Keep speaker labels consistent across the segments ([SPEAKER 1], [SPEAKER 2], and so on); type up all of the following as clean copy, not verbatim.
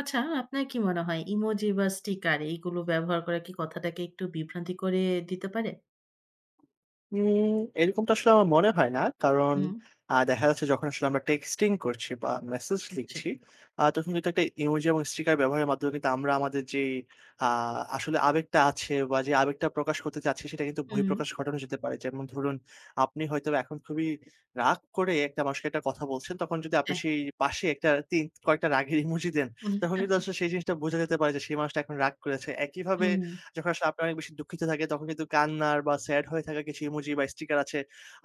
[SPEAKER 1] আচ্ছা, আপনার কি মনে হয় ইমোজি বা স্টিকার এইগুলো ব্যবহার করা কি কথাটাকে একটু বিভ্রান্তি করে দিতে পারে?
[SPEAKER 2] উম এরকমটা আসলে আমার মনে হয় না। কারণ
[SPEAKER 1] হুম।
[SPEAKER 2] দেখা যাচ্ছে যখন আসলে আমরা টেক্সটিং করছি বা মেসেজ
[SPEAKER 1] জি।
[SPEAKER 2] লিখছি, তখন কিন্তু একটা ইমোজি এবং স্টিকার ব্যবহারের মাধ্যমে কিন্তু আমরা আমাদের যেই আ আসলে আবেগটা আছে বা যে আবেগটা প্রকাশ করতে চাচ্ছি সেটা কিন্তু
[SPEAKER 1] হুম,
[SPEAKER 2] বহিঃপ্রকাশ ঘটানো যেতে পারে। যেমন ধরুন আপনি হয়তোবা এখন খুবই রাগ করে একটা মানুষকে একটা কথা বলছেন, তখন যদি আপনি
[SPEAKER 1] হ্যাঁ।
[SPEAKER 2] সেই পাশে একটা তিন কয়েকটা রাগের ইমোজি দেন,
[SPEAKER 1] হুম,
[SPEAKER 2] তখন কিন্তু আসলে সেই জিনিসটা বোঝা যেতে পারে যে সেই মানুষটা এখন রাগ করেছে। একইভাবে যখন আসলে আপনি অনেক বেশি দুঃখিত থাকে তখন কিন্তু কান্নার বা স্যাড হয়ে থাকা কিছু ইমোজি বা স্টিকার আছে।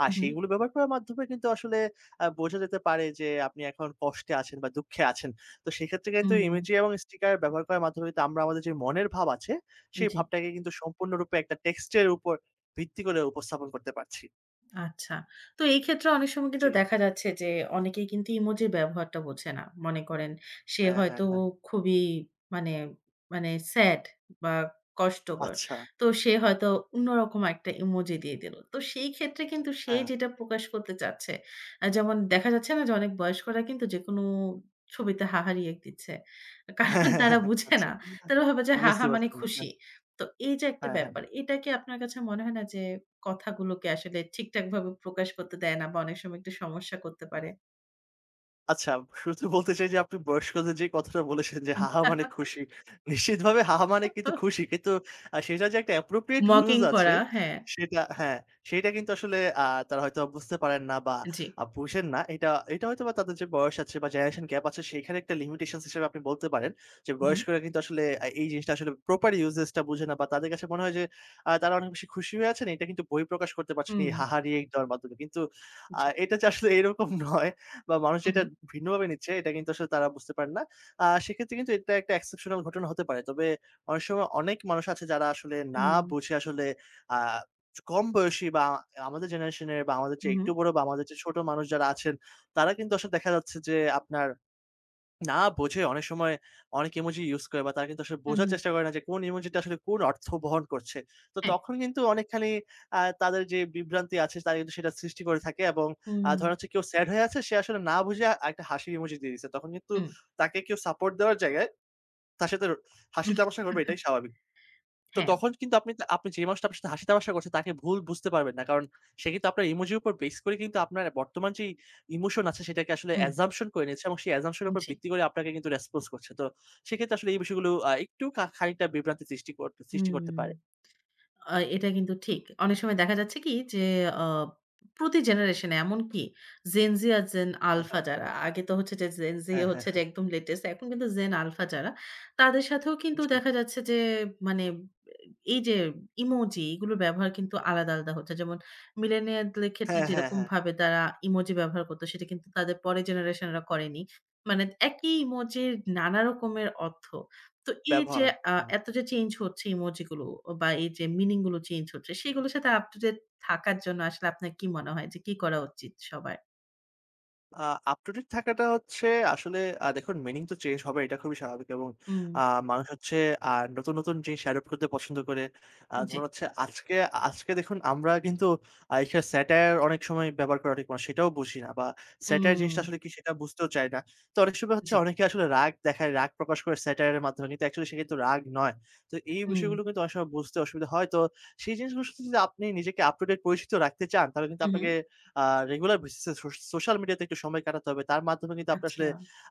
[SPEAKER 2] আর
[SPEAKER 1] হুম,
[SPEAKER 2] সেইগুলো ব্যবহার করার মাধ্যমে কিন্তু আসলে বোঝা যেতে পারে যে আপনি এখন কষ্টে আছেন বা দুঃখে আছেন। তো সেক্ষেত্রে কিন্তু
[SPEAKER 1] হুম,
[SPEAKER 2] ইমোজি এবং স্টিকার ব্যবহার করার মাধ্যমে কিন্তু আমরা আমাদের যে মনের ভাব আছে,
[SPEAKER 1] হুম,
[SPEAKER 2] সেই
[SPEAKER 1] জি।
[SPEAKER 2] ভাবটাকে কিন্তু সম্পূর্ণরূপে একটা টেক্সটের উপর ভিত্তি করে উপস্থাপন করতে পারছি।
[SPEAKER 1] আচ্ছা। তো এই ক্ষেত্রে অনেক সময় কিন্তু
[SPEAKER 2] জি।
[SPEAKER 1] দেখা যাচ্ছে যে অনেকেই কিন্তু ইমোজির ব্যবহারটা বোঝে না। মনে করেন সে
[SPEAKER 2] হ্যাঁ, হ্যাঁ,
[SPEAKER 1] হয়তো
[SPEAKER 2] হ্যাঁ।
[SPEAKER 1] খুবই মানে, মানে স্যাড বা কষ্টকর।
[SPEAKER 2] আচ্ছা।
[SPEAKER 1] তো সে হয়তো অন্যরকম একটা ইমোজি দিয়ে দিল। তো সেই ক্ষেত্রে কিন্তু সে
[SPEAKER 2] হ্যাঁ।
[SPEAKER 1] যেটা প্রকাশ করতে চাচ্ছে, যেমন দেখা যাচ্ছে না যে অনেক বয়স্করা কিন্তু যেকোনো ছবিতে হাহা রিঅ্যাক্ট দিচ্ছে। কারণ তারা বুঝে
[SPEAKER 2] আচ্ছা।
[SPEAKER 1] না। তারা ভাবে যে হাহা
[SPEAKER 2] বুঝতে
[SPEAKER 1] মানে
[SPEAKER 2] পারছি। না।
[SPEAKER 1] খুশি। তো এই যে একটা
[SPEAKER 2] হ্যাঁ, হ্যাঁ।
[SPEAKER 1] ব্যাপার, এটা কি আপনার কাছে মনে হয় না যে কথাগুলোকে আসলে ঠিকঠাকভাবে প্রকাশ করতে দেয় না বা অনেক সময় একটু সমস্যা করতে পারে।
[SPEAKER 2] আচ্ছা, শুরুতে বলতে চাই যে আপনি বয়স্কদের যে কথাটা বলেছেন যে, "হাহা মানে খুশি।" নিশ্চিতভাবে হাহা মানে কিন্তু খুশি। কিন্তু সেটার যে একটা appropriate
[SPEAKER 1] মকিং
[SPEAKER 2] use আছে,
[SPEAKER 1] করা হ্যাঁ,
[SPEAKER 2] সেটা হ্যাঁ, সেটা কিন্তু আসলে তারা হয়তো বুঝতে পারেন না বা
[SPEAKER 1] জি।
[SPEAKER 2] বুঝেন না। এটা এটা হয়তোবা তাদের যে বয়স আছে বা generation gap আছে, সেখানে একটা limitations হিসেবে আপনি বলতে পারেন যে,
[SPEAKER 1] হুম,
[SPEAKER 2] বয়স্করা কিন্তু আসলে এই জিনিসটা আসলে proper usage টা বুঝে না বা তাদের কাছে মনে হয় যে, তারা অনেক বেশি খুশি হয়ে আছেন। এটা কিন্তু বহিঃপ্রকাশ করতে পারছে না
[SPEAKER 1] হুম,
[SPEAKER 2] এই হাহা রিয়েক্ট দেওয়ার মাধ্যমে। কিন্তু
[SPEAKER 1] জি।
[SPEAKER 2] এটা যে আসলে এরকম নয়। বা মানুষ
[SPEAKER 1] হুম,
[SPEAKER 2] এটা
[SPEAKER 1] হুম,
[SPEAKER 2] ভিন্নভাবে নিচ্ছে এটা কিন্তু আসলে তারা বুঝতে পারে না। সেক্ষেত্রে কিন্তু এটা একটা এক্সেপশনাল ঘটনা হতে পারে। তবে অনেক সময় অনেক মানুষ আছে যারা আসলে না
[SPEAKER 1] হুম,
[SPEAKER 2] বুঝে আসলে আ কম বয়সী বা আমাদের জেনারেশন এর বা আমাদের চেয়ে
[SPEAKER 1] হুম,
[SPEAKER 2] একটু বড় বা আমাদের চেয়ে ছোট মানুষ যারা আছেন, তারা কিন্তু আসলে দেখা যাচ্ছে যে আপনার না বোঝে অনেক সময় অনেক ইমোজি ইউস করে বা তারা কিন্তু আসলে
[SPEAKER 1] হুম,
[SPEAKER 2] বোঝার
[SPEAKER 1] হুম,
[SPEAKER 2] চেষ্টা করে না যে কোন ইমোজিটা আসলে কোন অর্থ বহন করছে। তো
[SPEAKER 1] হ্যাঁ,
[SPEAKER 2] তখন কিন্তু অনেকখানি তাদের যে বিভ্রান্তি আছে তারা কিন্তু সেটা সৃষ্টি করে থাকে এবং
[SPEAKER 1] হুম,
[SPEAKER 2] ধরেন হচ্ছে কেউ স্যাড হয়ে আছে সে আসলে না বুঝে একটা হাসির ইমোজি দিয়ে দিছে। তখন কিন্তু
[SPEAKER 1] হুম,
[SPEAKER 2] তাকে কেউ সাপোর্ট দেওয়ার জায়গায় তার সাথে হাসি তামাশা করবে এটাই স্বাভাবিক। তো
[SPEAKER 1] হ্যাঁ,
[SPEAKER 2] তখন কিন্তু আপনি যে মানুষটা আপনার সাথে হাসি তামাশা করছে তাকে ভুল বুঝতে পারবেন না। কারণ সে কিন্তু আপনার ইমোজির উপর বেস করে কিন্তু আপনার বর্তমান যেই ইমোশন আছে সেটাকে আসলে
[SPEAKER 1] হুম,
[SPEAKER 2] অ্যাসাম্পশন করে নিয়েছে এবং সেই অ্যাসাম্পশন এর উপর
[SPEAKER 1] জি,
[SPEAKER 2] ভিত্তি করে আপনাকে কিন্তু রেসপন্স করছে। তো সেক্ষেত্রে আসলে এই বিষয়গুলো একটু খানিকটা বিভ্রান্তি সৃষ্টি করতে
[SPEAKER 1] হুম।
[SPEAKER 2] পারে।
[SPEAKER 1] এটা কিন্তু ঠিক। অনেক সময় দেখা যাচ্ছে কি যে আ প্রতি জেনারেশন এ এমনকি জেন জি আর জেন
[SPEAKER 2] হ্যাঁ,
[SPEAKER 1] আলফা
[SPEAKER 2] হ্যাঁ।
[SPEAKER 1] যারা, আগে তো হচ্ছে যে জেন জি
[SPEAKER 2] হ্যাঁ, হ্যাঁ,
[SPEAKER 1] হচ্ছে যে
[SPEAKER 2] হ্যাঁ।
[SPEAKER 1] একদম লেটেস্ট। এখন কিন্তু জেন আলফা যারা, তাদের সাথেও কিন্তু
[SPEAKER 2] জি।
[SPEAKER 1] দেখা যাচ্ছে যে মানে এই যে ইমোজি এগুলোর ব্যবহার কিন্তু আলাদা, আলাদা হচ্ছে। যেমন মিলেনিয়ালদের ক্ষেত্রে
[SPEAKER 2] হ্যাঁ, হ্যাঁ, হ্যাঁ।
[SPEAKER 1] যেরকমভাবে তারা ইমোজি ব্যবহার করত সেটা কিন্তু তাদের পরের জেনারেশনরা করেনি। মানে একই ইমোজির নানা রকমের অর্থ। তো এই যে
[SPEAKER 2] ব্যবহার। হ্যাঁ।
[SPEAKER 1] এত যে চেঞ্জ হচ্ছে ইমোজি গুলো বা এই যে মিনিং গুলো চেঞ্জ হচ্ছে সেগুলোর সাথে আপ টু ডেট থাকার জন্য আসলে আপনার কি মনে হয় যে কি করা উচিত সবার?
[SPEAKER 2] আ আপ টু ডেট থাকাটা হচ্ছে আসলে দেখুন মিনিং তো চেঞ্জ হবে এটা খুবই স্বাভাবিক এবং
[SPEAKER 1] হুম,
[SPEAKER 2] আ মানুষ হচ্ছে আ নতুন, নতুন জিনিস অ্যাডপ্ট করতে পছন্দ করে।
[SPEAKER 1] জি।
[SPEAKER 2] ধরুন হচ্ছে আজকে আজকে দেখুন আমরা কিন্তু এখানে স্যাটায়ার অনেক সময় ব্যবহার করা ঠিক মানে সেটাও বুঝি না বা স্যাটায়ার
[SPEAKER 1] হুম,
[SPEAKER 2] জিনিসটা আসলে কি সেটা বুঝতেও চাই না। তো অনেক সময় হচ্ছে
[SPEAKER 1] জি।
[SPEAKER 2] অনেকে আসলে রাগ দেখায়, রাগ প্রকাশ করে স্যাটায়ার এর মাধ্যমে কিন্তু অ্যাকচুয়ালি সে কিন্তু রাগ নয়। তো এই
[SPEAKER 1] হুম,
[SPEAKER 2] বিষয়গুলো কিন্তু অনেক সময় বুঝতে অসুবিধা হয়। তো সেই জিনিসগুলোর সাথে যদি আপনি নিজেকে আপ টু ডেট পরিচিত রাখতে চান তাহলে কিন্তু
[SPEAKER 1] হু, হু।
[SPEAKER 2] আপনাকে আ রেগুলার বেসিসে সোশ্যাল মিডিয়াতে একটু সময় কাটাতে হবে। তার মাধ্যমে কিন্তু আপনি
[SPEAKER 1] আচ্ছা।
[SPEAKER 2] আসলে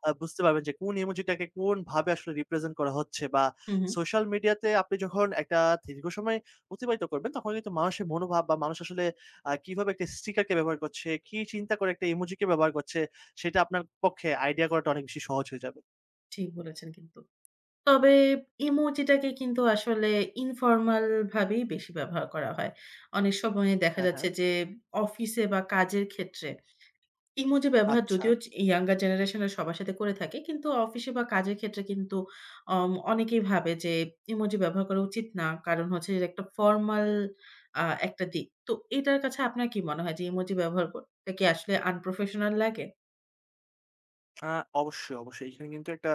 [SPEAKER 2] বুঝতে পারবেন যে কোন ইমোজিটাকে কোনভাবে আসলে রিপ্রেজেন্ট করা হচ্ছে বা
[SPEAKER 1] হু, হু।
[SPEAKER 2] সোশ্যাল মিডিয়াতে আপনি যখন একটা দীর্ঘ সময় অতিবাহিত করবেন, তখন কিন্তু মানুষের মনোভাব বা মানুষ আসলে কিভাবে একটা স্টিকারকে ব্যবহার করছে, কি চিন্তা করে একটা ইমোজিকে ব্যবহার করছে, সেটা আপনার পক্ষে আইডিয়া করাটা অনেক বেশি সহজ হয়ে যাবে।
[SPEAKER 1] ঠিক বলেছেন কিন্তু। তবে ইমোজিটাকে কিন্তু আসলে ইনফরমাল ভাবেই বেশি ব্যবহার করা হয়। অনেক সময় দেখা
[SPEAKER 2] হ্যাঁ,
[SPEAKER 1] যাচ্ছে
[SPEAKER 2] হ্যাঁ।
[SPEAKER 1] যে অফিসে বা কাজের ক্ষেত্রে ইমোজি ব্যবহার
[SPEAKER 2] আচ্ছা।
[SPEAKER 1] যদিও ইয়াঙ্গার জেনারেশনের সবার সাথে করে থাকে। কিন্তু অফিসে বা কাজের ক্ষেত্রে কিন্তু অনেকেই ভাবে যে ইমোজি ব্যবহার করা উচিত না। কারণ হচ্ছে এর একটা ফরমাল একটা দিক। তো এটার কাছে আপনার কি মনে হয় যে ইমোজি ব্যবহার করতে কি আসলে আনপ্রফেশনাল লাগে?
[SPEAKER 2] আ অবশ্যই, অবশ্যই। এখানে কিন্তু একটা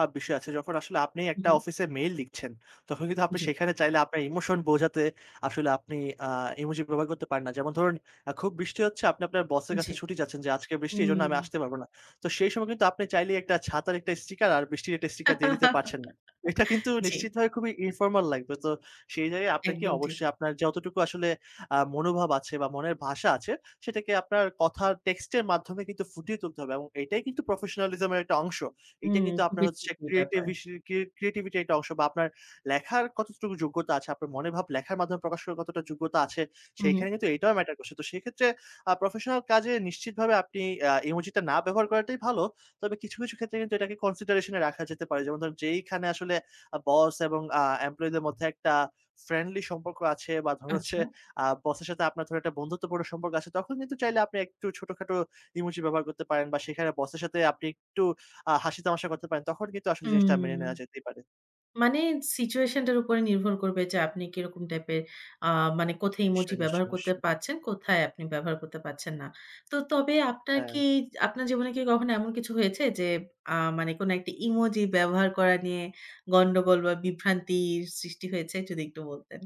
[SPEAKER 2] বিষয় আছে। যখন আসলে আপনি
[SPEAKER 1] হু,
[SPEAKER 2] একটা
[SPEAKER 1] হু।
[SPEAKER 2] অফিসে মেইল লিখছেন, তখন কিন্তু আপনি
[SPEAKER 1] জি,
[SPEAKER 2] সেখানে চাইলে আপনার ইমোশন বোঝাতে আসলে আপনি আ ইমোজি ব্যবহার করতে পারেন না। যেমন ধরুন খুব বৃষ্টি হচ্ছে, আপনি আপনার বসের
[SPEAKER 1] জি।
[SPEAKER 2] কাছে ছুটি চাচ্ছেন যে, "আজকে বৃষ্টি, এজন্য
[SPEAKER 1] হুম।
[SPEAKER 2] আমি আসতে পারব না।" তো সেই সময় কিন্তু আপনি চাইলেই একটা ছাতার একটা স্টিকার আর বৃষ্টির একটা স্টিকার দিয়ে দিতে পারছেন না। এটা কিন্তু
[SPEAKER 1] জি,
[SPEAKER 2] নিশ্চিতভাবে খুবই ইনফর্মাল লাগবে। তো সেই জায়গায় আপনাকে
[SPEAKER 1] একদম ঠিক।
[SPEAKER 2] অবশ্যই আপনার যতটুকু আসলে মনোভাব আছে বা মনের ভাষা আছে সেটাকে আপনার কথার টেক্সটের মাধ্যমে কিন্তু ফুটিয়ে তুলতে হবে এবং এটাই কিন্তু প্রফেশনালিজম এর একটা অংশ। এটা
[SPEAKER 1] হুম,
[SPEAKER 2] কিন্তু আপনার
[SPEAKER 1] খুবই
[SPEAKER 2] হচ্ছে
[SPEAKER 1] tricky ব্যাপার।
[SPEAKER 2] ক্রিয়েটিভিসি ক্রি ক্রিয়েটিভিটির একটা অংশ বা আপনার লেখার কতটুকু যোগ্যতা আছে, আপনার মনের ভাব লেখার মাধ্যমে প্রকাশ করার কতটা যোগ্যতা আছে,
[SPEAKER 1] হু, হু।
[SPEAKER 2] সেইখানে কিন্তু এটাও ম্যাটার করছে। তো সেক্ষেত্রে প্রফেশনাল কাজে নিশ্চিতভাবে আপনি ইমোজিটা না ব্যবহার করাটাই ভালো। তবে কিছু, কিছু ক্ষেত্রে কিন্তু এটাকে কনসিডারেশন এ রাখা যেতে পারে। যেমন ধরুন যেইখানে আসলে বস এবং এমপ্লয়ি দের মধ্যে একটা ফ্রেন্ডলি সম্পর্ক আছে বা ধরুন হচ্ছে
[SPEAKER 1] আচ্ছা।
[SPEAKER 2] বসের সাথে আপনার ধরুন একটা বন্ধুত্বপূর্ণ সম্পর্ক আছে, তখন কিন্তু চাইলে আপনি একটু ছোটখাটো ইমোজি ব্যবহার করতে পারেন বা সেখানে বসের সাথে আপনি একটু হাসি তামাশা করতে পারেন। তখন কিন্তু আসলে জিনিসটা
[SPEAKER 1] হুম।
[SPEAKER 2] মেনে নেওয়া যেতেই পারে।
[SPEAKER 1] মানে সিচুয়েশন টার উপরে নির্ভর করবে যে আপনি কিরকম টাইপের, আ মানে কোথায় ইমোজি
[SPEAKER 2] নিশ্চয়ই,
[SPEAKER 1] ব্যবহার
[SPEAKER 2] নিশ্চয়ই,
[SPEAKER 1] করতে
[SPEAKER 2] নিশ্চয়ই।
[SPEAKER 1] পারছেন, কোথায় আপনি ব্যবহার করতে পারছেন না। তো তবে
[SPEAKER 2] হ্যাঁ।
[SPEAKER 1] আপনার জীবনে কি কখনো এমন কিছু হয়েছে যে আ মানে কোন একটা ইমোজি ব্যবহার করা নিয়ে গন্ডগোল বা বিভ্রান্তির সৃষ্টি হয়েছে? যদি একটু বলতেন।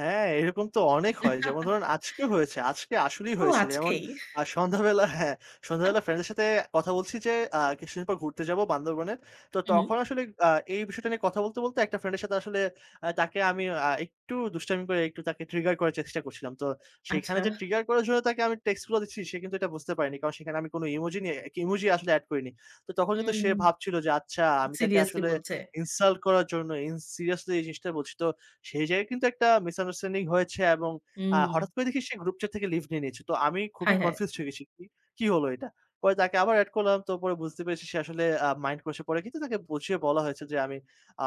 [SPEAKER 2] হ্যাঁ, এরকম তো অনেক হয়। যেমন ধরুন আজকে হয়েছে। আজকে আসলেই
[SPEAKER 1] ও
[SPEAKER 2] হয়েছে। যেমন
[SPEAKER 1] আজকেই?
[SPEAKER 2] সন্ধ্যাবেলা হ্যাঁ, সন্ধ্যাবেলা ফ্রেন্ডের সাথে কথা বলছি যে কিছুদিন পর ঘুরতে যাবো বান্দরবনে। তো
[SPEAKER 1] হুম, হুম।
[SPEAKER 2] তখন আসলে এই বিষয়টা নিয়ে কথা বলতে, বলতে একটা ফ্রেন্ডের সাথে আসলে তাকে আমি একটু দুষ্টামি করে একটু তাকে ট্রিগার করার চেষ্টা করছিলাম। তো সেখানে
[SPEAKER 1] আচ্ছা।
[SPEAKER 2] যে ট্রিগার করার জন্য তাকে আমি টেক্সট গুলো দিচ্ছি সে কিন্তু এটা বুঝতে পারেনি। কারণ সেখানে আমি কোনো ইমোজি নিয়ে ইমোজি আসলে এড করিনি। তো তখন কিন্তু
[SPEAKER 1] হুম,
[SPEAKER 2] সে
[SPEAKER 1] হুম।
[SPEAKER 2] ভাবছিল যে আচ্ছা আমি তাকে
[SPEAKER 1] সিরিয়াসলি
[SPEAKER 2] আসলে
[SPEAKER 1] বলছে?
[SPEAKER 2] ইনসাল্ট করার জন্য ইন সিরিয়াসলি এই জিনিসটা বলছি। তো সেই জায়গায় কিন্তু একটা মিসআন্ডারস্ট্যান্ডিং হয়েছে এবং
[SPEAKER 1] হুম।
[SPEAKER 2] হঠাৎ করে দেখি সে গ্রুপ চ্যাট থেকে লিভ নিয়ে নিয়েছে। তো আমি খুবই
[SPEAKER 1] হায়, হায়!
[SPEAKER 2] কনফিউজড হয়ে গেছি। কি হলো এটা? পরে তাকে আবার এড করলাম। তো পরে বুঝতে পেরেছি সে আসলে মাইন্ড করেছে। পরে কিন্তু তাকে বুঝিয়ে বলা হয়েছে যে আমি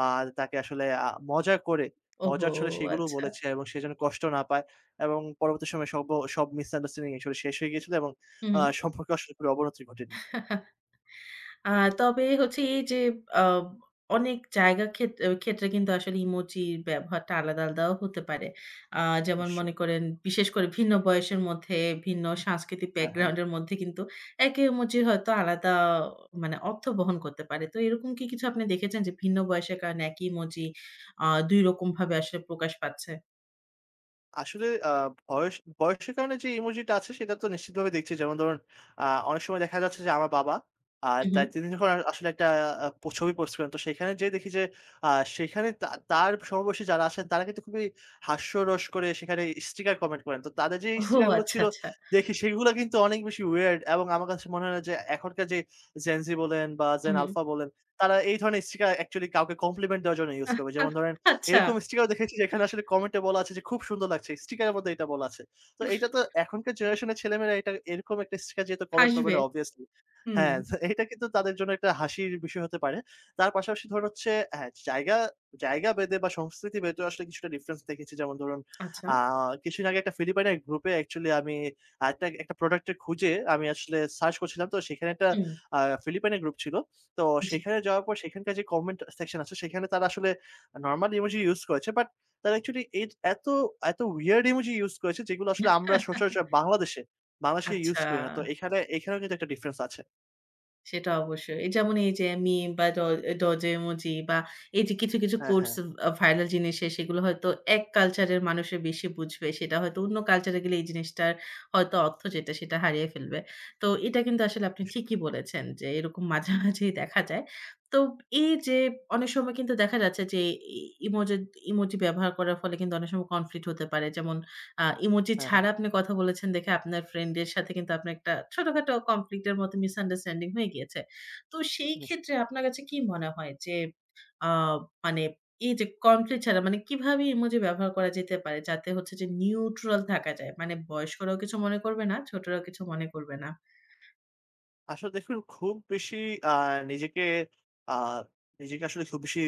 [SPEAKER 2] আ তাকে আসলে মজা করে,
[SPEAKER 1] ওহো!
[SPEAKER 2] মজার ছলে সেগুলোও
[SPEAKER 1] আচ্ছা।
[SPEAKER 2] বলেছি এবং সে যেন কষ্ট না পায় এবং পরবর্তী সময়ে সব সব মিসআন্ডারস্ট্যান্ডিং আসলে শেষ হয়ে গিয়েছিল এবং
[SPEAKER 1] হুম,
[SPEAKER 2] সম্পর্কে আসলে কোনো অবনতি ঘটেনি।
[SPEAKER 1] হুম। আ তবে হচ্ছে এই যে আ অনেক জায়গা ক্ষেত্রে কিন্তু আসলে ইমোজির ব্যবহারটা আলাদা, আলাদাও হতে পারে। আ যেমন
[SPEAKER 2] নিশ্চয়ই।
[SPEAKER 1] মনে করেন বিশেষ করে ভিন্ন বয়সের মধ্যে, ভিন্ন সাংস্কৃতিক
[SPEAKER 2] হ্যাঁ, হ্যাঁ।
[SPEAKER 1] ব্যাকগ্রাউন্ড এর মধ্যে কিন্তু একই ইমোজির হয়তো আলাদা মানে অর্থ বহন করতে পারে। তো এরকম কি কিছু আপনি দেখেছেন যে ভিন্ন বয়সের কারণে একই ইমোজি ২ রকমভাবে আসলে প্রকাশ পাচ্ছে?
[SPEAKER 2] আসলে আ বয়স বয়সের কারণে যে ইমোজিটা আছে সেটা তো নিশ্চিতভাবে দেখছি। যেমন ধরুন আ অনেক সময় দেখা যাচ্ছে যে আমার বাবা
[SPEAKER 1] হুম, হুম।
[SPEAKER 2] তাই তিনি যখন আসলে একটা আ পো ছবি পোস্ট করেন। তো সেখানে যেয়ে দেখি যে আ সেখানে তার সমবয়সী যারা আছেন তারা কিন্তু খুবই হাস্যরস করে সেখানে স্টিকার কমেন্ট করেন। তো তাদের যে
[SPEAKER 1] ওহো!
[SPEAKER 2] স্টিকার গুলো
[SPEAKER 1] আচ্ছা,
[SPEAKER 2] ছিল
[SPEAKER 1] আচ্ছা।
[SPEAKER 2] দেখি সেগুলো কিন্তু অনেক বেশি weird এবং আমার কাছে মনে হয় না যে এখনকার যে Gen Z বলেন বা
[SPEAKER 1] হুম,
[SPEAKER 2] Gen
[SPEAKER 1] হুম।
[SPEAKER 2] Alpha বলেন তারা এই ধরনের স্টিকার অ্যাকচুয়ালি কাউকে কমপ্লিমেন্ট দেওয়ার জন্য ইউস করবে। যেমন ধরেন
[SPEAKER 1] আচ্ছা।
[SPEAKER 2] এরকম স্টিকারও দেখেছি যেখানে আসলে কমেন্টে বলা আছে যে, "খুব সুন্দর লাগছে।" স্টিকারের মধ্যে এটা বলা আছে। তো এইটা তো এখনকার জেনারেশনের ছেলেমেয়েরা এটা এরকম একটা স্টিকার যেহেতু কমেন্ট করবে
[SPEAKER 1] হাসবে।
[SPEAKER 2] না obviously।
[SPEAKER 1] হুম।
[SPEAKER 2] হ্যাঁ, তো এইটা কিন্তু তাদের জন্য একটা হাসির বিষয় হতে পারে। তার পাশাপাশি ধরুন হচ্ছে হ্যাঁ, জায়গা জায়গা ভেদে বা সংস্কৃতি ভেদে আসলে কিছুটা ডিফারেন্স দেখেছি। যেমন ধরুন
[SPEAKER 1] আচ্ছা।
[SPEAKER 2] আ কিছুদিন আগে একটা ফিলিপাইনের গ্রুপে actually আমি একটা প্রোডাক্ট এর খুঁজে আমি আসলে সার্চ করছিলাম। তো সেখানে একটা
[SPEAKER 1] হুম।
[SPEAKER 2] আ ফিলিপাইনের গ্রুপ ছিল। তো
[SPEAKER 1] জি।
[SPEAKER 2] সেখানে যাওয়ার পর সেখানকার যে কমেন্ট সেকশন আছে সেখানে তারা আসলে নরমাল ইমোজি ইউস করেছে। বাট তারা অ্যাকচুয়ালি এর এত উইয়ার্ড ইমোজি ইউস করেছে যেগুলো আসলে আমরা সচরাচর বাংলাদেশে ইউস
[SPEAKER 1] আচ্ছা,
[SPEAKER 2] করি না। তো এখানেও কিন্তু একটা ডিফারেন্স আছে।
[SPEAKER 1] সেটা অবশ্যই। এই যেমন এই যে মিম বা ডোজো ইমোজি বা এই যে কিছু, কিছু
[SPEAKER 2] হ্যাঁ,
[SPEAKER 1] কোটস,
[SPEAKER 2] হ্যাঁ।
[SPEAKER 1] ভাইরাল জিনিসের সেগুলো হয়তো এক কালচারের মানুষে বেশি বুঝবে। সেটা হয়তো অন্য কালচারে গেলে এই জিনিসটার হয়তো অর্থ যেটা সেটা হারিয়ে ফেলবে। তো এটা কিন্তু আসলে আপনি ঠিকই বলেছেন যে এরকম মাঝামাঝি দেখা যায়। তো এই যে অনেক সময় কিন্তু দেখা যাচ্ছে যে ই ইমোজি ইমোজি ব্যবহার করার ফলে কিন্তু অনেক সময় কনফ্লিক্ট হতে পারে। যেমন ইমোজি
[SPEAKER 2] হ্যাঁ, হ্যাঁ।
[SPEAKER 1] ছাড়া আপনি কথা বলেছেন দেখে আপনার ফ্রেন্ড এর সাথে কিন্তু আপনার একটা ছোটখাটো কনফ্লিক্ট এর মতো মিসআন্ডারস্ট্যান্ডিং হয়ে গিয়েছে। তো সেই ক্ষেত্রে
[SPEAKER 2] নিশ্চয়ই।
[SPEAKER 1] আপনার কাছে কি মনে হয় যে আ মানে এই যে কনফ্লিক্ট ছাড়া মানে কিভাবে ইমোজি ব্যবহার করা যেতে পারে যাতে হচ্ছে যে নিউট্রাল থাকা যায়? মানে বয়স্করাও কিছু মনে করবে না, ছোটরাও কিছু মনে করবে না।
[SPEAKER 2] আসলে দেখুন খুব বেশি আ নিজেকে আ নিজেকে আসলে খুব বেশি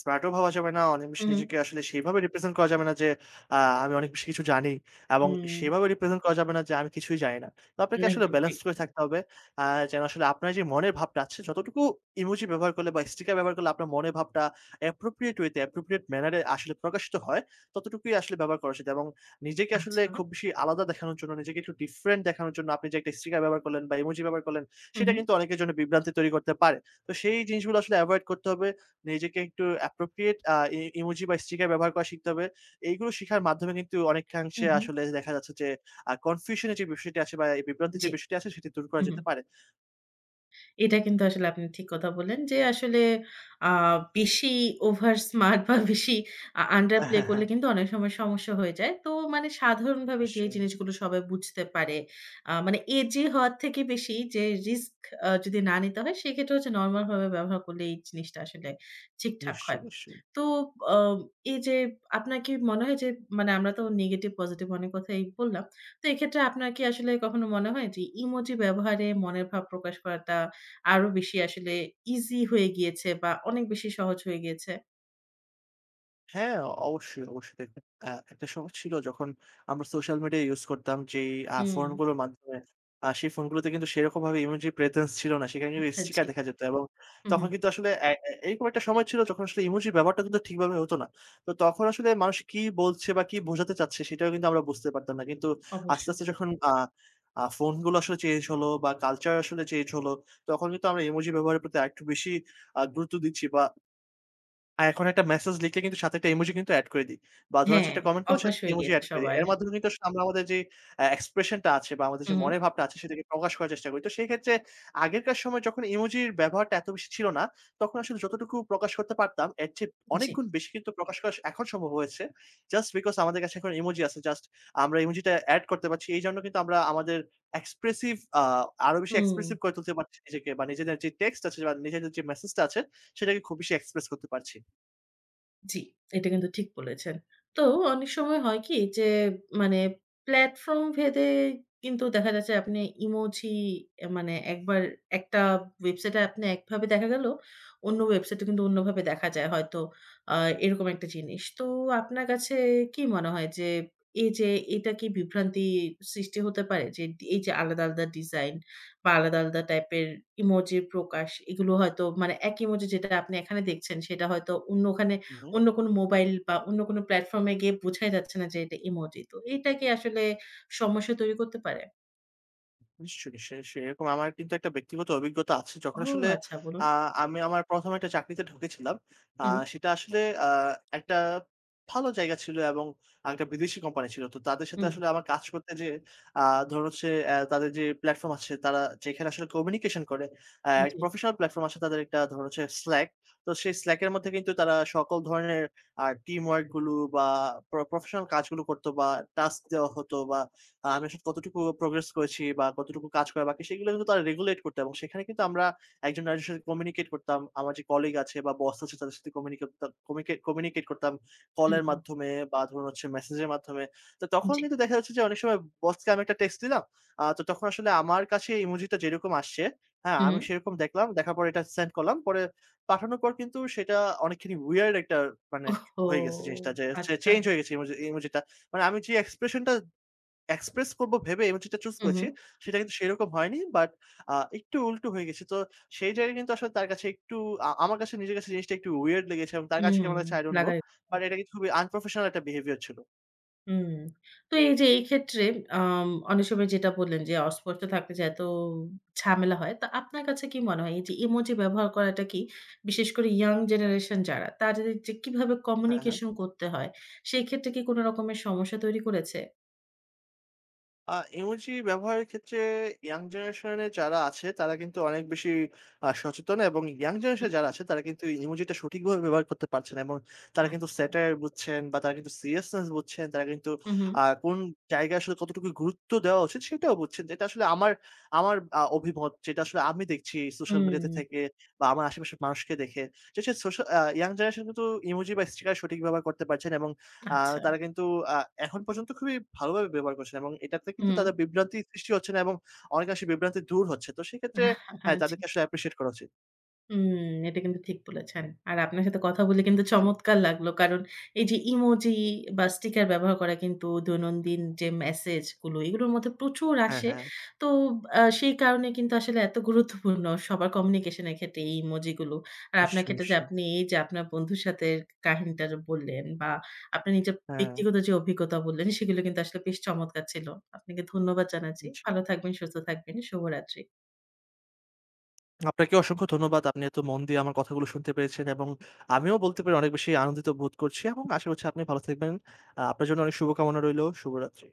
[SPEAKER 2] স্মার্ট ও ভাবা যাবে না। অনেক
[SPEAKER 1] হু,
[SPEAKER 2] বেশি
[SPEAKER 1] হু।
[SPEAKER 2] নিজেকে আসলে সেইভাবে রিপ্রেজেন্ট করা যাবে না যে, আ আমি অনেক বেশি কিছু জানি এবং
[SPEAKER 1] হুম,
[SPEAKER 2] সেভাবে রিপ্রেজেন্ট করা যাবে না যে আমি কিছুই জানি না। তো আপনাকে আসলে
[SPEAKER 1] একদম ঠিক।
[SPEAKER 2] ব্যালেন্স করে থাকতে হবে। আ যেন আসলে আপনার যে মনের ভাবটা আছে যতটুকু ইমোজি ব্যবহার করলে বা স্টিকার ব্যবহার করলে আপনার মনের ভাবটা appropriate way তে appropriate manner এ আসলে প্রকাশিত হয়, ততটুকুই আসলে ব্যবহার করা উচিত এবং নিজেকে
[SPEAKER 1] আচ্ছা।
[SPEAKER 2] আসলে খুব বেশি আলাদা দেখানোর জন্য, নিজেকে একটু ডিফারেন্ট দেখানোর জন্য আপনি যে একটা স্টিকার ব্যবহার করলেন বা ইমোজি ব্যবহার করলেন
[SPEAKER 1] হু,
[SPEAKER 2] সেটা
[SPEAKER 1] হু,
[SPEAKER 2] কিন্তু অনেকের জন্য বিভ্রান্তি তৈরি করতে পারে। তো সেই জিনিসগুলো আসলে এভয়েড করতে হবে। নিজেকে একটু appropriate আ ই ইমোজি বা স্টিকার ব্যবহার করা শিখতে হবে। এইগুলো শিখার মাধ্যমে কিন্তু
[SPEAKER 1] হু,
[SPEAKER 2] অনেকাংশে
[SPEAKER 1] হু।
[SPEAKER 2] আসলে দেখা যাচ্ছে যে কনফিউশন এর যে বিষয়টি আছে বা এই বিভ্রান্তির যে
[SPEAKER 1] জি।
[SPEAKER 2] বিষয়টি আছে সেটি দূর করা
[SPEAKER 1] হু, হু।
[SPEAKER 2] যেতে পারে।
[SPEAKER 1] এটা কিন্তু আসলে আপনি ঠিক কথা বললেন যে আসলে আ বেশি ওভার স্মার্ট বা বেশি আন্ডার
[SPEAKER 2] হ্যাঁ,
[SPEAKER 1] প্লে
[SPEAKER 2] হ্যাঁ,
[SPEAKER 1] করলে
[SPEAKER 2] হ্যাঁ।
[SPEAKER 1] কিন্তু অনেক সময় সমস্যা হয়ে যায়। তো মানে সাধারণভাবে যে
[SPEAKER 2] নিশ্চয়ই,
[SPEAKER 1] জিনিসগুলো সবাই বুঝতে পারে, মানে এজি হওয়ার থেকে বেশি যে রিস্ক যদি না নিতে হয় সেক্ষেত্রে হচ্ছে নরমাল ভাবে ব্যবহার করলে এই জিনিসটা আসলে ঠিকঠাক হয়।
[SPEAKER 2] নিশ্চয়ই, নিশ্চয়ই।
[SPEAKER 1] তো আ এই যে আপনার কি মনে হয় যে মানে আমরা তো নেগেটিভ পজিটিভ অনেক কথাই বললাম। তো এক্ষেত্রে আপনার কি আসলে কখনো মনে হয় যে ইমোজি ব্যবহারে মনের ভাব প্রকাশ করাটা আরো বেশি আসলে ইজি হয়ে গিয়েছে বা অনেক বেশি সহজ হয়ে গিয়েছে?
[SPEAKER 2] হ্যাঁ, অবশ্যই, অবশ্যই দেখবেন। একটা সময় ছিল যখন আমরা সোশ্যাল মিডিয়া ইউজ করতাম যেই
[SPEAKER 1] হুম,
[SPEAKER 2] ফোনগুলোর মাধ্যমে। সেই ফোনগুলোতে কিন্তু সেরকমভাবে ইমোজি প্রেজেন্স ছিল না। সেখানে কিন্তু
[SPEAKER 1] হ্যাঁ,
[SPEAKER 2] স্টিকার
[SPEAKER 1] জি।
[SPEAKER 2] দেখা যেত এবং
[SPEAKER 1] হুম, হুম,
[SPEAKER 2] তখন কিন্তু আসলে এ এ এরকম একটা সময় ছিল যখন আসলে ইমোজির ব্যবহারটা কিন্তু ঠিকভাবে হতো না। তো তখন আসলে মানুষ কি বলছে বা কি বোঝাতে চাচ্ছে সেটাও কিন্তু আমরা বুঝতে পারতাম না। কিন্তু আস্তে,
[SPEAKER 1] অবশ্যই।
[SPEAKER 2] আস্তে যখন আ আ ফোনগুলো আসলে চেঞ্জ হলো বা কালচার আসলে চেঞ্জ হলো, তখন কিন্তু আমরা ইমোজি ব্যবহারের প্রতি আরেকটু বেশি গুরুত্ব দিচ্ছি বা আর এখন একটা মেসেজ লিখলে কিন্তু সাথে একটা ইমোজি কিন্তু এড করে দেই। বা ধরুন হচ্ছে
[SPEAKER 1] হ্যাঁ,
[SPEAKER 2] একটা কমেন্ট করলো,
[SPEAKER 1] অভ্যাস
[SPEAKER 2] সাথে
[SPEAKER 1] হয়ে
[SPEAKER 2] ইমোজি
[SPEAKER 1] গিয়েছে
[SPEAKER 2] এড করে দেই।
[SPEAKER 1] সবার।
[SPEAKER 2] এর মাধ্যমে কিন্তু আসলে আমরা আমাদের যে এক্সপ্রেশন টা আছে বা আমাদের যে
[SPEAKER 1] হুম, হুম,
[SPEAKER 2] মনের ভাবটা আছে সেটাকে প্রকাশ করার চেষ্টা করি। তো সেই ক্ষেত্রে আগেরকার সময় যখন ইমোজির ব্যবহারটা এত বেশি ছিল না, তখন আসলে যতটুকু প্রকাশ করতে পারতাম, এর চেয়ে অনেক
[SPEAKER 1] জি।
[SPEAKER 2] গুণ বেশি কিন্তু প্রকাশ করা এখন সম্ভব হয়েছে। জাস্ট বিকজ আমাদের কাছে এখন ইমোজি আছে। জাস্ট আমরা ইমোজিটা এড করতে পারছি। এইজন্য কিন্তু আমরা আমাদের এক্সপ্রেসিভ আ আরো বেশি
[SPEAKER 1] হুম।
[SPEAKER 2] এক্সপ্রেসিভ করে তুলতে পারছি নিজেকে, বা নিজেদের যে টেক্সট আছে বা নিজেদের যে মেসেজটা আছে সেটাকে খুব বেশি এক্সপ্রেস করতে পারছি।
[SPEAKER 1] জি, এটা কিন্তু ঠিক বলেছেন। তো অনেক সময় হয় কি যে মানে প্লাটফর্ম ভেদে কিন্তু দেখা যাচ্ছে আপনি ইমোজি, মানে একবার একটা ওয়েবসাইটে আপনি একভাবে দেখা গেল, অন্য ওয়েবসাইটে কিন্তু অন্যভাবে দেখা যায় হয়তো, আ এরকম একটা জিনিস। তো আপনার কাছে কি মনে হয় যে এই যে এটা কি বিভ্রান্তি সৃষ্টি হতে পারে? যে এই যে আলাদা, আলাদা ডিজাইন বা আলাদা, আলাদা টাইপের ইমোজির প্রকাশ এগুলো হয়তো মানে এক ইমোজি যেটা আপনি এখানে দেখছেন সেটা হয়তো অন্য ওখানে
[SPEAKER 2] হুম, হুম।
[SPEAKER 1] অন্য কোনো মোবাইল বা অন্য কোনো প্ল্যাটফর্ম এ গিয়ে বোঝাই যাচ্ছে না যে এটা ইমোজি। তো এটা কি আসলে সমস্যা তৈরি করতে পারে?
[SPEAKER 2] নিশ্চয়ই, নিশ্চয়ই। সেরকম আমার কিন্তু একটা ব্যক্তিগত অভিজ্ঞতা আছে। যখন
[SPEAKER 1] ও
[SPEAKER 2] আসলে
[SPEAKER 1] আচ্ছা বলুন।
[SPEAKER 2] আ আমি আমার প্রথম একটা চাকরিতে ঢুকেছিলাম। আ
[SPEAKER 1] হুম,
[SPEAKER 2] সেটা আসলে আ একটা ভালো জায়গা ছিল এবং একটা বিদেশি কোম্পানি ছিল। তো তাদের সাথে
[SPEAKER 1] হুম,
[SPEAKER 2] আসলে আমার কাজ করতে যেয়ে, আ ধরুন হচ্ছে, তাদের যে প্লাটফর্ম আছে তারা যেখানে আসলে কমিউনিকেশন করে, অ্যা
[SPEAKER 1] জি,
[SPEAKER 2] প্রফেশনাল প্লাটফর্ম আছে তাদের একটা, ধরুন হচ্ছে Slack। তো সেই Slack এর মধ্যে কিন্তু তারা সকল ধরনের টিম ওয়ার্ক গুলো বা প্রফেশনাল কাজগুলো করত, বা টাস্ক দেওয়া হতো, বা আমি আসলে কতটুকু প্রোগ্রেস করেছি বা কতটুকু কাজ করা বাকি সেগুলো কিন্তু তারা রেগুলেট করতো, এবং সেখানে কিন্তু আমরা একজন আরেকজনের সাথে কমিউনিকেট করতাম। আমার যে কলিগ আছে বা বস আছে তাদের সাথে কমিউনিকেট করতাম
[SPEAKER 1] হুম,
[SPEAKER 2] কলের
[SPEAKER 1] হুম,
[SPEAKER 2] মাধ্যমে বা ধরুন হচ্ছে মেসেজের মাধ্যমে। তো তখন
[SPEAKER 1] জি,
[SPEAKER 2] কিন্তু দেখা যাচ্ছে যে অনেক সময় বসকে আমি একটা টেক্সট দিলাম। তো তখন আসলে আমার কাছে ইমোজিটা যেরকম আসছে, হ্যাঁ,
[SPEAKER 1] হুম।
[SPEAKER 2] আমি সেরকম দেখলাম। দেখার পরে এটা সেন্ড করলাম। পাঠানোর পর কিন্তু সেটা অনেকখানি উইয়ার্ড একটা, মানে,
[SPEAKER 1] ওহহো!
[SPEAKER 2] হয়ে গেছে জিনিসটা, যে হচ্ছে
[SPEAKER 1] আচ্ছা।
[SPEAKER 2] চেঞ্জ হয়ে গেছে ইমোজিটা। মানে আমি যে এক্সপ্রেশনটা এক্সপ্রেস করবো ভেবে এবং যেটা চুজ
[SPEAKER 1] হু, হু,
[SPEAKER 2] করেছি, সেটা কিন্তু সেরকম হয়নি। বাট একটু উল্টো হয়ে গেছে। তো সেই জায়গায় কিন্তু আসলে তার কাছে একটু, আমার কাছে, নিজের কাছে জিনিসটা একটু উইয়ার্ড লেগেছে, এবং তার কাছে
[SPEAKER 1] হুম,
[SPEAKER 2] কেমন লাগছে I don't know।
[SPEAKER 1] লাগার
[SPEAKER 2] বাট এটা কিন্তু খুবই আনপ্রফেশনাল একটা বিহেভিয়ার ছিল।
[SPEAKER 1] হুম। তো এই যে এই ক্ষেত্রে অনেক সময় যেটা বললেন যে অস্পষ্ট থাকতে যে এত ঝামেলা হয়। তো আপনার কাছে কি মনে হয় এই যে ইমোজি ব্যবহার করাটা কি বিশেষ করে ইয়াং জেনারেশন যারা তাদের যে কিভাবে
[SPEAKER 2] হ্যাঁ, হ্যাঁ।
[SPEAKER 1] কমিউনিকেশন করতে হয় সেই ক্ষেত্রে কি কোন রকমের সমস্যা তৈরি করেছে?
[SPEAKER 2] আ ইমোজি ব্যবহারের ক্ষেত্রে ইয়াং জেনারেশন এ যারা আছে তারা কিন্তু অনেক বেশি সচেতন, এবং ইয়াং জেনারেশন
[SPEAKER 1] হুম,
[SPEAKER 2] যারা আছে তারা কিন্তু ইমোজিটা সঠিকভাবে ব্যবহার করতে পারছে না, এবং তারা কিন্তু
[SPEAKER 1] আচ্ছা।
[SPEAKER 2] স্যাটায়ার বুঝছেন বা তারা কিন্তু সিরিয়াসনেস বুঝছেন। তারা কিন্তু
[SPEAKER 1] হু, হু।
[SPEAKER 2] কোন জায়গায় আসলে কতটুকু গুরুত্ব দেওয়া উচিত সেটাও বুঝছেন। যেটা আসলে আমার আমার অভিমত, যেটা আসলে আমি দেখছি সোশ্যাল মিডিয়াতে
[SPEAKER 1] হুম,
[SPEAKER 2] থেকে বা আমার আশেপাশের মানুষকে দেখে। যে সে সোশ্যাল ইয়াং জেনারেশন কিন্তু ইমোজি বা স্টিকার সঠিক ব্যবহার করতে পারছেন, এবং আ
[SPEAKER 1] আচ্ছা।
[SPEAKER 2] তারা কিন্তু আ এখন পর্যন্ত খুবই ভালোভাবে ব্যবহার করছেন, এবং এটাতে কিন্তু
[SPEAKER 1] হুম।
[SPEAKER 2] তাদের বিভ্রান্তি সৃষ্টি হচ্ছে না, এবং অনেকাংশে বিভ্রান্তি দূর হচ্ছে। তো সেক্ষেত্রে হ্যাঁ,
[SPEAKER 1] জি।
[SPEAKER 2] তাদেরকে আসলে অ্যাপ্রিশিয়েট করা উচিত।
[SPEAKER 1] হুম, এটা কিন্তু ঠিক বলেছেন। আর আপনার সাথে কথা বলে কিন্তু
[SPEAKER 2] জি।
[SPEAKER 1] চমৎকার লাগলো। কারণ এই যে ইমোজি বা স্টিকার ব্যবহার করা কিন্তু দৈনন্দিন যে মেসেজ গুলো এগুলোর মধ্যে প্রচুর
[SPEAKER 2] হ্যাঁ,
[SPEAKER 1] আসে।
[SPEAKER 2] হ্যাঁ।
[SPEAKER 1] তো সেই কারণে কিন্তু আসলে এত গুরুত্বপূর্ণ সবার কমিউনিকেশন এর ক্ষেত্রে এই ইমোজি গুলো। আর আপনার
[SPEAKER 2] নিশ্চয়ই,
[SPEAKER 1] ক্ষেত্রে যে
[SPEAKER 2] নিশ্চয়ই।
[SPEAKER 1] আপনি এই যে আপনার বন্ধুর সাথে কাহিনীটা যে বললেন বা আপনার নিজের
[SPEAKER 2] হ্যাঁ,
[SPEAKER 1] ব্যক্তিগত যে অভিজ্ঞতা বললেন সেগুলো কিন্তু আসলে বেশ চমৎকার ছিল। আপনাকে ধন্যবাদ জানাচ্ছি।
[SPEAKER 2] জি।
[SPEAKER 1] ভালো থাকবেন, সুস্থ থাকবেন। শুভরাত্রি।
[SPEAKER 2] আপনাকে অসংখ্য ধন্যবাদ। আপনি এত মন দিয়ে আমার কথাগুলো শুনতে পেরেছেন, এবং আমিও বলতে পারি অনেক বেশি আনন্দিত বোধ করছি, এবং আশা করছি আপনি ভালো থাকবেন। আপনার জন্য অনেক শুভকামনা রইলো। শুভরাত্রি।